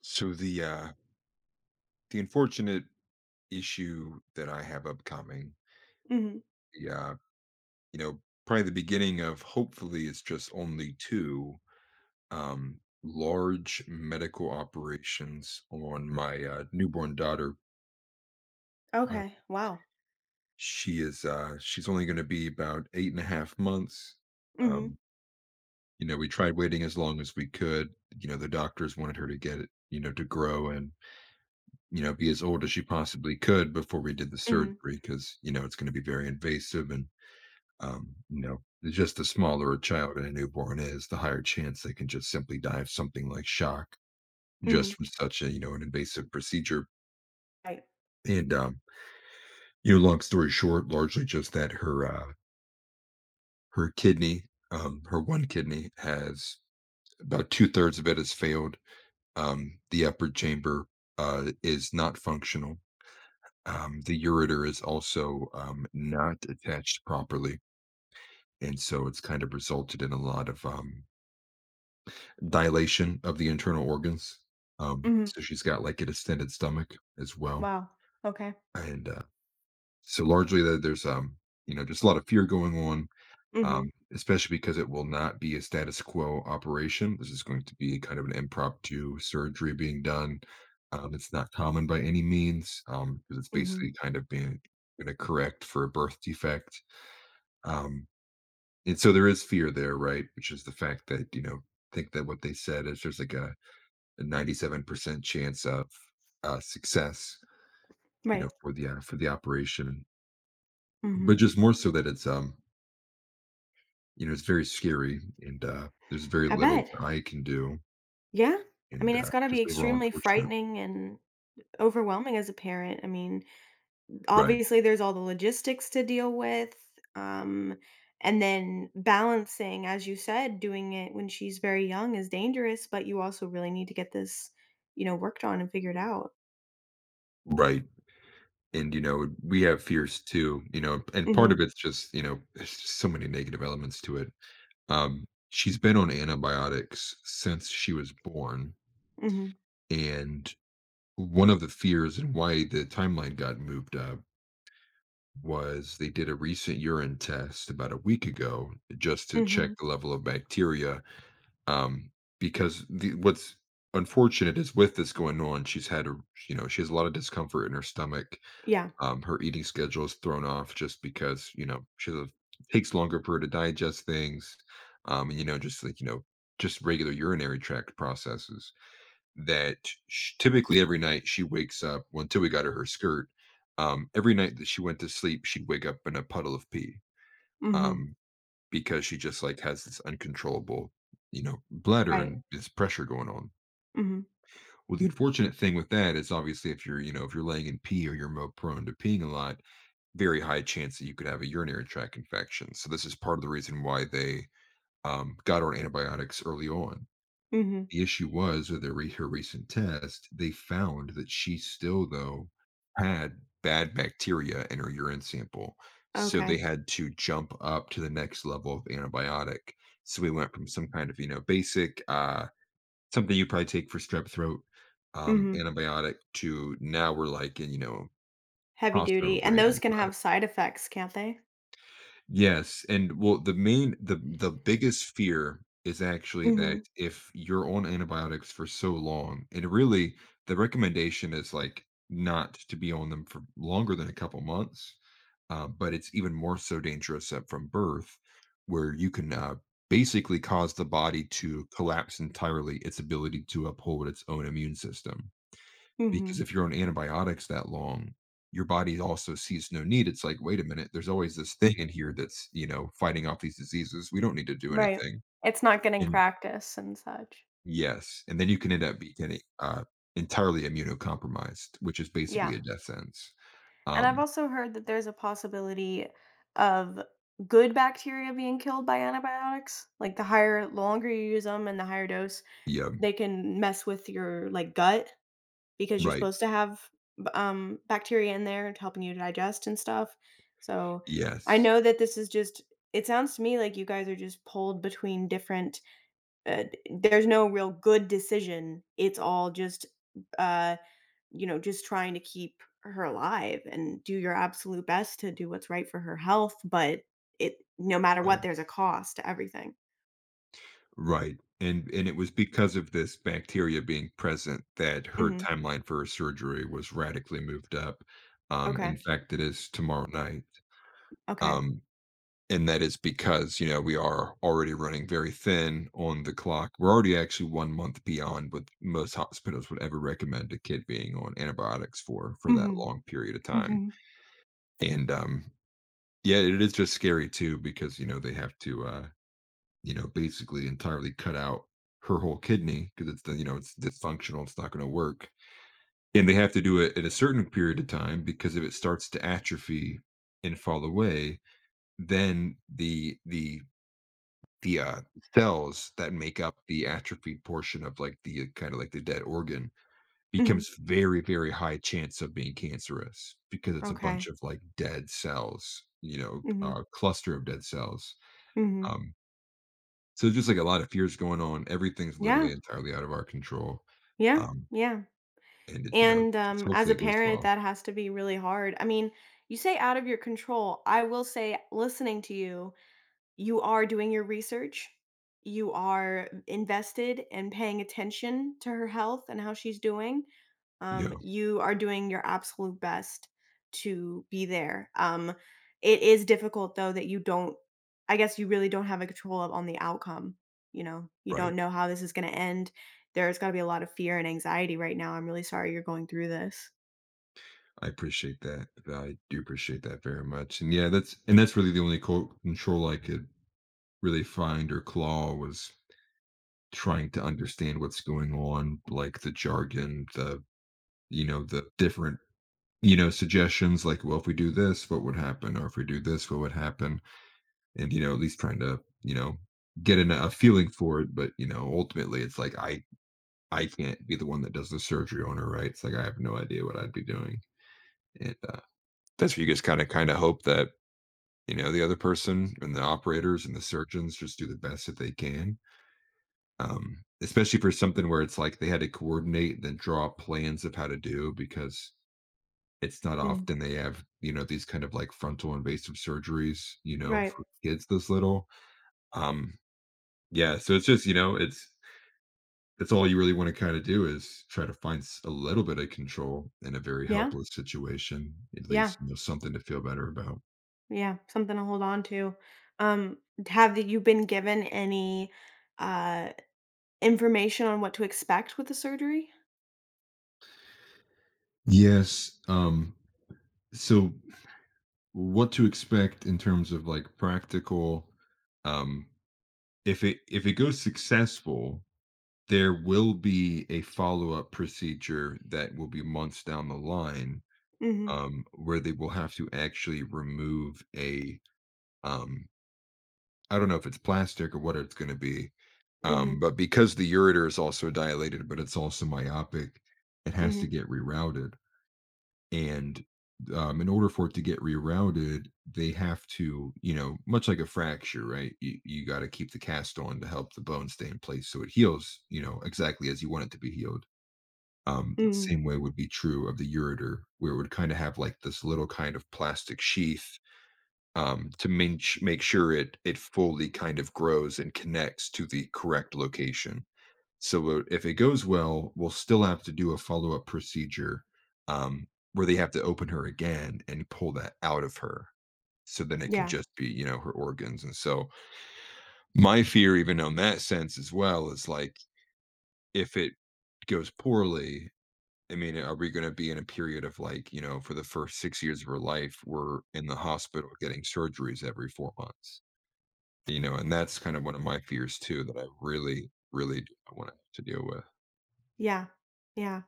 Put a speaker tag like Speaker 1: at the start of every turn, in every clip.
Speaker 1: So the unfortunate issue that I have upcoming,
Speaker 2: Mhm.
Speaker 1: the uh, probably the beginning of hopefully it's just only two large medical operations on my newborn daughter. Uh,
Speaker 2: Okay. Wow.
Speaker 1: she is she's only gonna be about eight and a half months.
Speaker 2: Mhm.
Speaker 1: Um, we tried waiting as long as we could. The doctors wanted her to get it, to grow and be as old as she possibly could before we did the surgery
Speaker 2: Mhm.
Speaker 1: because, it's going to be very invasive. Um, you know, just the smaller a child and a newborn is, the higher chance they can just simply die of something like shock just
Speaker 2: Mhm.
Speaker 1: from such a, an invasive procedure.
Speaker 2: Right.
Speaker 1: And, um, Long story short, largely just that her, her kidney, her one kidney has about two-thirds of it has failed. The upper chamber, is not functional. The ureter is also, not attached properly, and so it's kind of resulted in a lot of, dilation of the internal organs.
Speaker 2: Mhm.
Speaker 1: So she's got, like, a distended stomach as well,
Speaker 2: Wow. Okay.
Speaker 1: and, so largely there there's, you know, just a lot of fear going on,
Speaker 2: Mhm.
Speaker 1: especially because it will not be a status quo operation. This is going to be kind of an impromptu surgery being done. It's not common by any means, because it's basically
Speaker 2: Mhm.
Speaker 1: kind of being gonna correct for a birth defect. Um, and so there is fear there, right? Which is the fact that, think that what they said is there's like a 97% chance of success,
Speaker 2: Right.
Speaker 1: for the operation, but
Speaker 2: Mhm.
Speaker 1: just more so that it's very scary and there's very
Speaker 2: I
Speaker 1: little
Speaker 2: bet.
Speaker 1: that I can do,
Speaker 2: Yeah. I mean,
Speaker 1: and
Speaker 2: it's got to be
Speaker 1: just overall
Speaker 2: extremely
Speaker 1: unfortunate.
Speaker 2: frightening and overwhelming as a parent. I mean,
Speaker 1: Right,
Speaker 2: obviously there's all the logistics to deal with. Um and then balancing as you said doing it when she's very young is dangerous, but you also really need to get this, worked on and figured out.
Speaker 1: right. And you know, we have fears too, you know, and part
Speaker 2: Mhm.
Speaker 1: of it's just, you know, there's just so many negative elements to it. She's been on antibiotics since she was born.
Speaker 2: Mhm.
Speaker 1: And one of the fears and why the timeline got moved up was they did a recent urine test about a week ago just to check
Speaker 2: Mhm.
Speaker 1: the level of bacteria. Um, because what's unfortunate is with this going on, she's had a you know she has a lot of discomfort in her stomach.
Speaker 2: Yeah.
Speaker 1: Her eating schedule is thrown off just because you know takes longer for her to digest things. And you know just like you know just regular urinary tract processes that sh typically every night she wakes up well, until we got her skirt, every night that she went to sleep, she'd wake up in a puddle of pee,
Speaker 2: Mhm.
Speaker 1: um, because she just, like, has this uncontrollable, you know, bladder
Speaker 2: Right.
Speaker 1: and this pressure going on.
Speaker 2: Mhm.
Speaker 1: Well, the unfortunate thing with that is obviously if you're, you know, if you're laying in pee or you're more prone to peeing a lot, very high chance that you could have a urinary tract infection. So this is part of the reason why they, got her on antibiotics early on.
Speaker 2: Mhm.
Speaker 1: The issue was with her recent test, they found that she still, though, had bad bacteria in her urine sample, so they
Speaker 2: Okay.
Speaker 1: had to jump up to the next level of antibiotic. So we went from some kind of, you know, basic, something you probably take for strep throat,
Speaker 2: Mhm.
Speaker 1: antibiotic to now we're like in, you know,
Speaker 2: Heavy
Speaker 1: hospital
Speaker 2: duty, and
Speaker 1: grade
Speaker 2: those can
Speaker 1: antibiotic.
Speaker 2: have side effects, can't they?
Speaker 1: Yes, and well, the main the biggest fear is actually that
Speaker 2: Mhm.
Speaker 1: if you're on antibiotics for so long, and really the recommendation is like not to be on them for longer than a couple months, but it's even more so dangerous at from birth, where you can basically cause the body to collapse entirely its ability to uphold its own immune system. Because
Speaker 2: Mhm.
Speaker 1: if you're on antibiotics that long, your body also sees no need. It's like, "Wait a minute, there's always this thing in here that's, you know, fighting off these diseases. We don't need to do
Speaker 2: Right.
Speaker 1: anything."
Speaker 2: It's not getting
Speaker 1: And
Speaker 2: practice and such.
Speaker 1: yes, and then you can end up becoming, entirely immunocompromised, which is basically
Speaker 2: Yeah.
Speaker 1: a death sentence.
Speaker 2: And I've
Speaker 1: Um,
Speaker 2: also heard that there's a possibility of good bacteria being killed by antibiotics, like the higher longer you use them and the higher dose,
Speaker 1: yeah,
Speaker 2: they can mess with your like gut because you're
Speaker 1: right.
Speaker 2: supposed to have bacteria in there to helping you digest and stuff. So I
Speaker 1: Yes,
Speaker 2: know that this is just. It sounds to me like you guys are just pulled between different. Uh, there's no real good decision. It's all uh, just trying to keep her alive and do your absolute best to do what's right for her health. But no matter what,
Speaker 1: right,
Speaker 2: there's a cost to everything.
Speaker 1: right. And it was because of this bacteria being present that her
Speaker 2: Hmm.
Speaker 1: timeline for her surgery was radically moved up. In
Speaker 2: Okay.
Speaker 1: fact, it is tomorrow night.
Speaker 2: Okay.
Speaker 1: Um, and that is because you know we are already running very thin on the clock. We're already actually 1 month beyond what most hospitals would ever recommend a kid being on antibiotics for that
Speaker 2: Hmm.
Speaker 1: long period of time.
Speaker 2: Hmm.
Speaker 1: And yeah, it is just scary too because you know they have to you know basically entirely cut out her whole kidney because it's the you know it's dysfunctional. It's not going to work, and they have to do it at a certain period of time because if it starts to atrophy and fall away, then the cells that make up the atrophied portion of, like, the kinda like the dead organ
Speaker 2: Hmm.
Speaker 1: becomes very, very high chance of being cancerous because it's a bunch
Speaker 2: Okay.
Speaker 1: of, like, dead cells, you know,
Speaker 2: Hmm.
Speaker 1: cluster of dead cells.
Speaker 2: Hmm.
Speaker 1: Um, so just, like, a lot of fears going on. Everything's
Speaker 2: Yeah.
Speaker 1: literally entirely out of our control.
Speaker 2: Yeah,
Speaker 1: Um,
Speaker 2: yeah.
Speaker 1: and it's, you know,
Speaker 2: And
Speaker 1: just
Speaker 2: as a
Speaker 1: hopefully it goes
Speaker 2: parent,
Speaker 1: well.
Speaker 2: that has to be really hard. I mean, you say out of your control. I will say, listening to you are doing your research. You are invested and paying attention to her health and how she's doing.
Speaker 1: Yeah,
Speaker 2: You are doing your absolute best to be there. It is difficult though that you don't. I guess you really don't have a control of on the outcome. You know, you
Speaker 1: right.
Speaker 2: don't know how this is going to end. There's got to be a lot of fear and anxiety right now. I'm really sorry you're going through this.
Speaker 1: I appreciate that. I do appreciate that very much. And yeah, that's really the only co control I could really find or claw was trying to understand what's going on, like the jargon, the you know, the different, you know, suggestions like, well, if we do this, what would happen? Or if we do this, what would happen? And, you know, at least trying to, you know, get in a feeling for it. But, you know, ultimately it's like I can't be the one that does the surgery on her, right? It's like I have no idea what I'd be doing. And that's where you just kinda hope that, you know, the other person and the operators and the surgeons just do the best that they can um, especially for something where it's like they had to coordinate and then draw up plans of how to do because it's not
Speaker 2: Mm,
Speaker 1: often they have you know these kind of like frontal invasive surgeries you know
Speaker 2: right.
Speaker 1: for kids this little um yeah so it's just you know it's all you really want to kind of do is try to find a little bit of control in a very
Speaker 2: Yeah.
Speaker 1: helpless situation at
Speaker 2: Yeah.
Speaker 1: least you know something to feel better about.
Speaker 2: Yeah, something to hold on to. Um, have you been given any uh information on what to expect with the surgery?
Speaker 1: Yes, um, so what to expect in terms of like practical um if it goes successful, there will be a follow-up procedure that will be months down the line,
Speaker 2: Mhm.
Speaker 1: where they will have to actually remove a, um, I don't know if it's plastic or what it's going to be,
Speaker 2: Mhm.
Speaker 1: but because the ureter is also dilated, but it's also myopic, it has to
Speaker 2: Mhm.
Speaker 1: get rerouted. And in order for it to get rerouted, they have to, you know, much like a fracture, right? You got to keep the cast on to help the bone stay in place so it heals, you know, exactly as you want it to be healed. The
Speaker 2: Mhm.
Speaker 1: same way would be true of the ureter, where it would kind of have like this little kind of plastic sheath to make sure it it fully kind of grows and connects to the correct location. So if it goes well, we'll still have to do a follow up procedure um, where they have to open her again and pull that out of her. So then it can
Speaker 2: Yeah.
Speaker 1: just be, you know, her organs. And so my fear, even on that sense as well, is like if it goes poorly, I mean, are we going to be in a period of like, you know, for the first 6 years of her life, we're in the hospital getting surgeries every 4 months, you know, and that's kind of one of my fears too that I really, really do not want to have to deal with.
Speaker 2: Yeah. Yeah.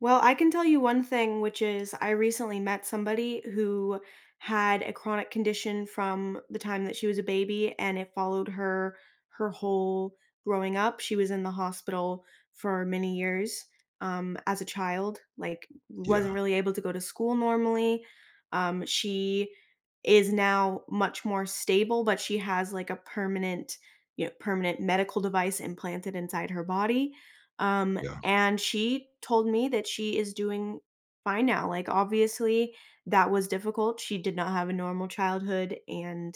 Speaker 2: Well, I can tell you one thing, which is I recently met somebody who had a chronic condition from the time that she was a baby, and it followed her whole growing up. She was in the hospital for many years, as a child, like wasn't
Speaker 1: Yeah.
Speaker 2: really able to go to school normally. She is now much more stable, but she has like a permanent medical device implanted inside her body. Um,
Speaker 1: Yeah.
Speaker 2: and she told me that she is doing fine now. Like, obviously, that was difficult. She did not have a normal childhood, and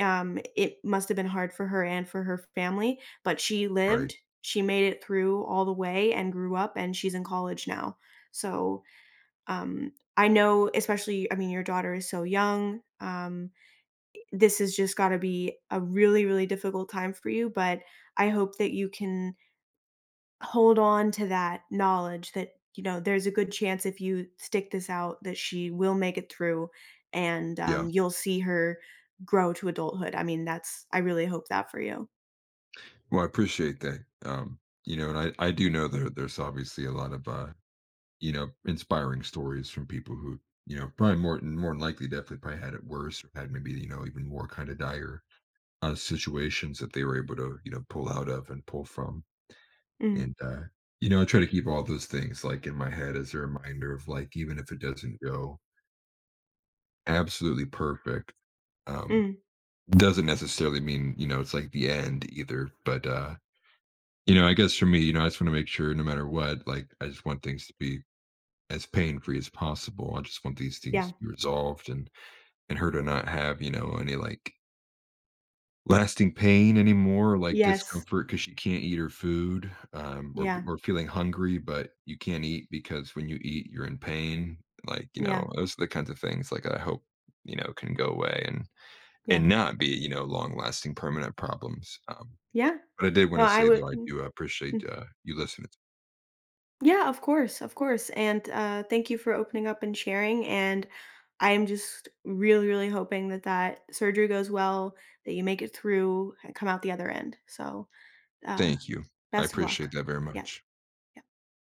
Speaker 2: it must have been hard for her and for her family. But she
Speaker 1: Right.
Speaker 2: lived, she made it through all the way and grew up, and she's in college now. So I know, especially, I mean, your daughter is so young. This has just got to be a really, really difficult time for you. But I hope that you can hold on to that knowledge that, there's a good chance if you stick this out that she will make it through and,
Speaker 1: Yeah.
Speaker 2: you'll see her grow to adulthood. I mean, that's I really hope that for you.
Speaker 1: Well, I appreciate that. Um, you know, and I do know that there's obviously a lot of you know, inspiring stories from people who, you know, probably more than likely definitely probably had it worse or had maybe, you know, even more kind of dire situations that they were able to, you know, pull out of and pull from.
Speaker 2: Mm,
Speaker 1: And you know, I try to keep all those things like in my head as a reminder of like even if it doesn't go absolutely perfect, um,
Speaker 2: mm,
Speaker 1: doesn't necessarily mean, you know, it's like the end either. But you know, I guess for me, you know, I just want to make sure no matter what, like I just want things to be as pain free as possible. I just want these things
Speaker 2: yeah.
Speaker 1: to be resolved and her to not have, you know, any like lasting pain anymore, like
Speaker 2: Yes.
Speaker 1: discomfort because she can't eat her food,
Speaker 2: Yeah.
Speaker 1: or feeling hungry, but you can't eat because when you eat, you're in pain. Like, you
Speaker 2: Yeah.
Speaker 1: know, those are the kinds of things like I hope, you know, can go away
Speaker 2: Yeah.
Speaker 1: and not be, you know, long lasting permanent problems.
Speaker 2: Yeah.
Speaker 1: But I did
Speaker 2: No,
Speaker 1: want to
Speaker 2: I
Speaker 1: say
Speaker 2: would
Speaker 1: though, I do appreciate
Speaker 2: mm.
Speaker 1: you listening.
Speaker 2: Yeah, of course, and, thank you for opening up and sharing, and I am just really, really hoping that that surgery goes well, that you make it through and come out the other end. So, uh
Speaker 1: Thank you. I
Speaker 2: best of luck.
Speaker 1: appreciate that very
Speaker 2: Yeah.
Speaker 1: much.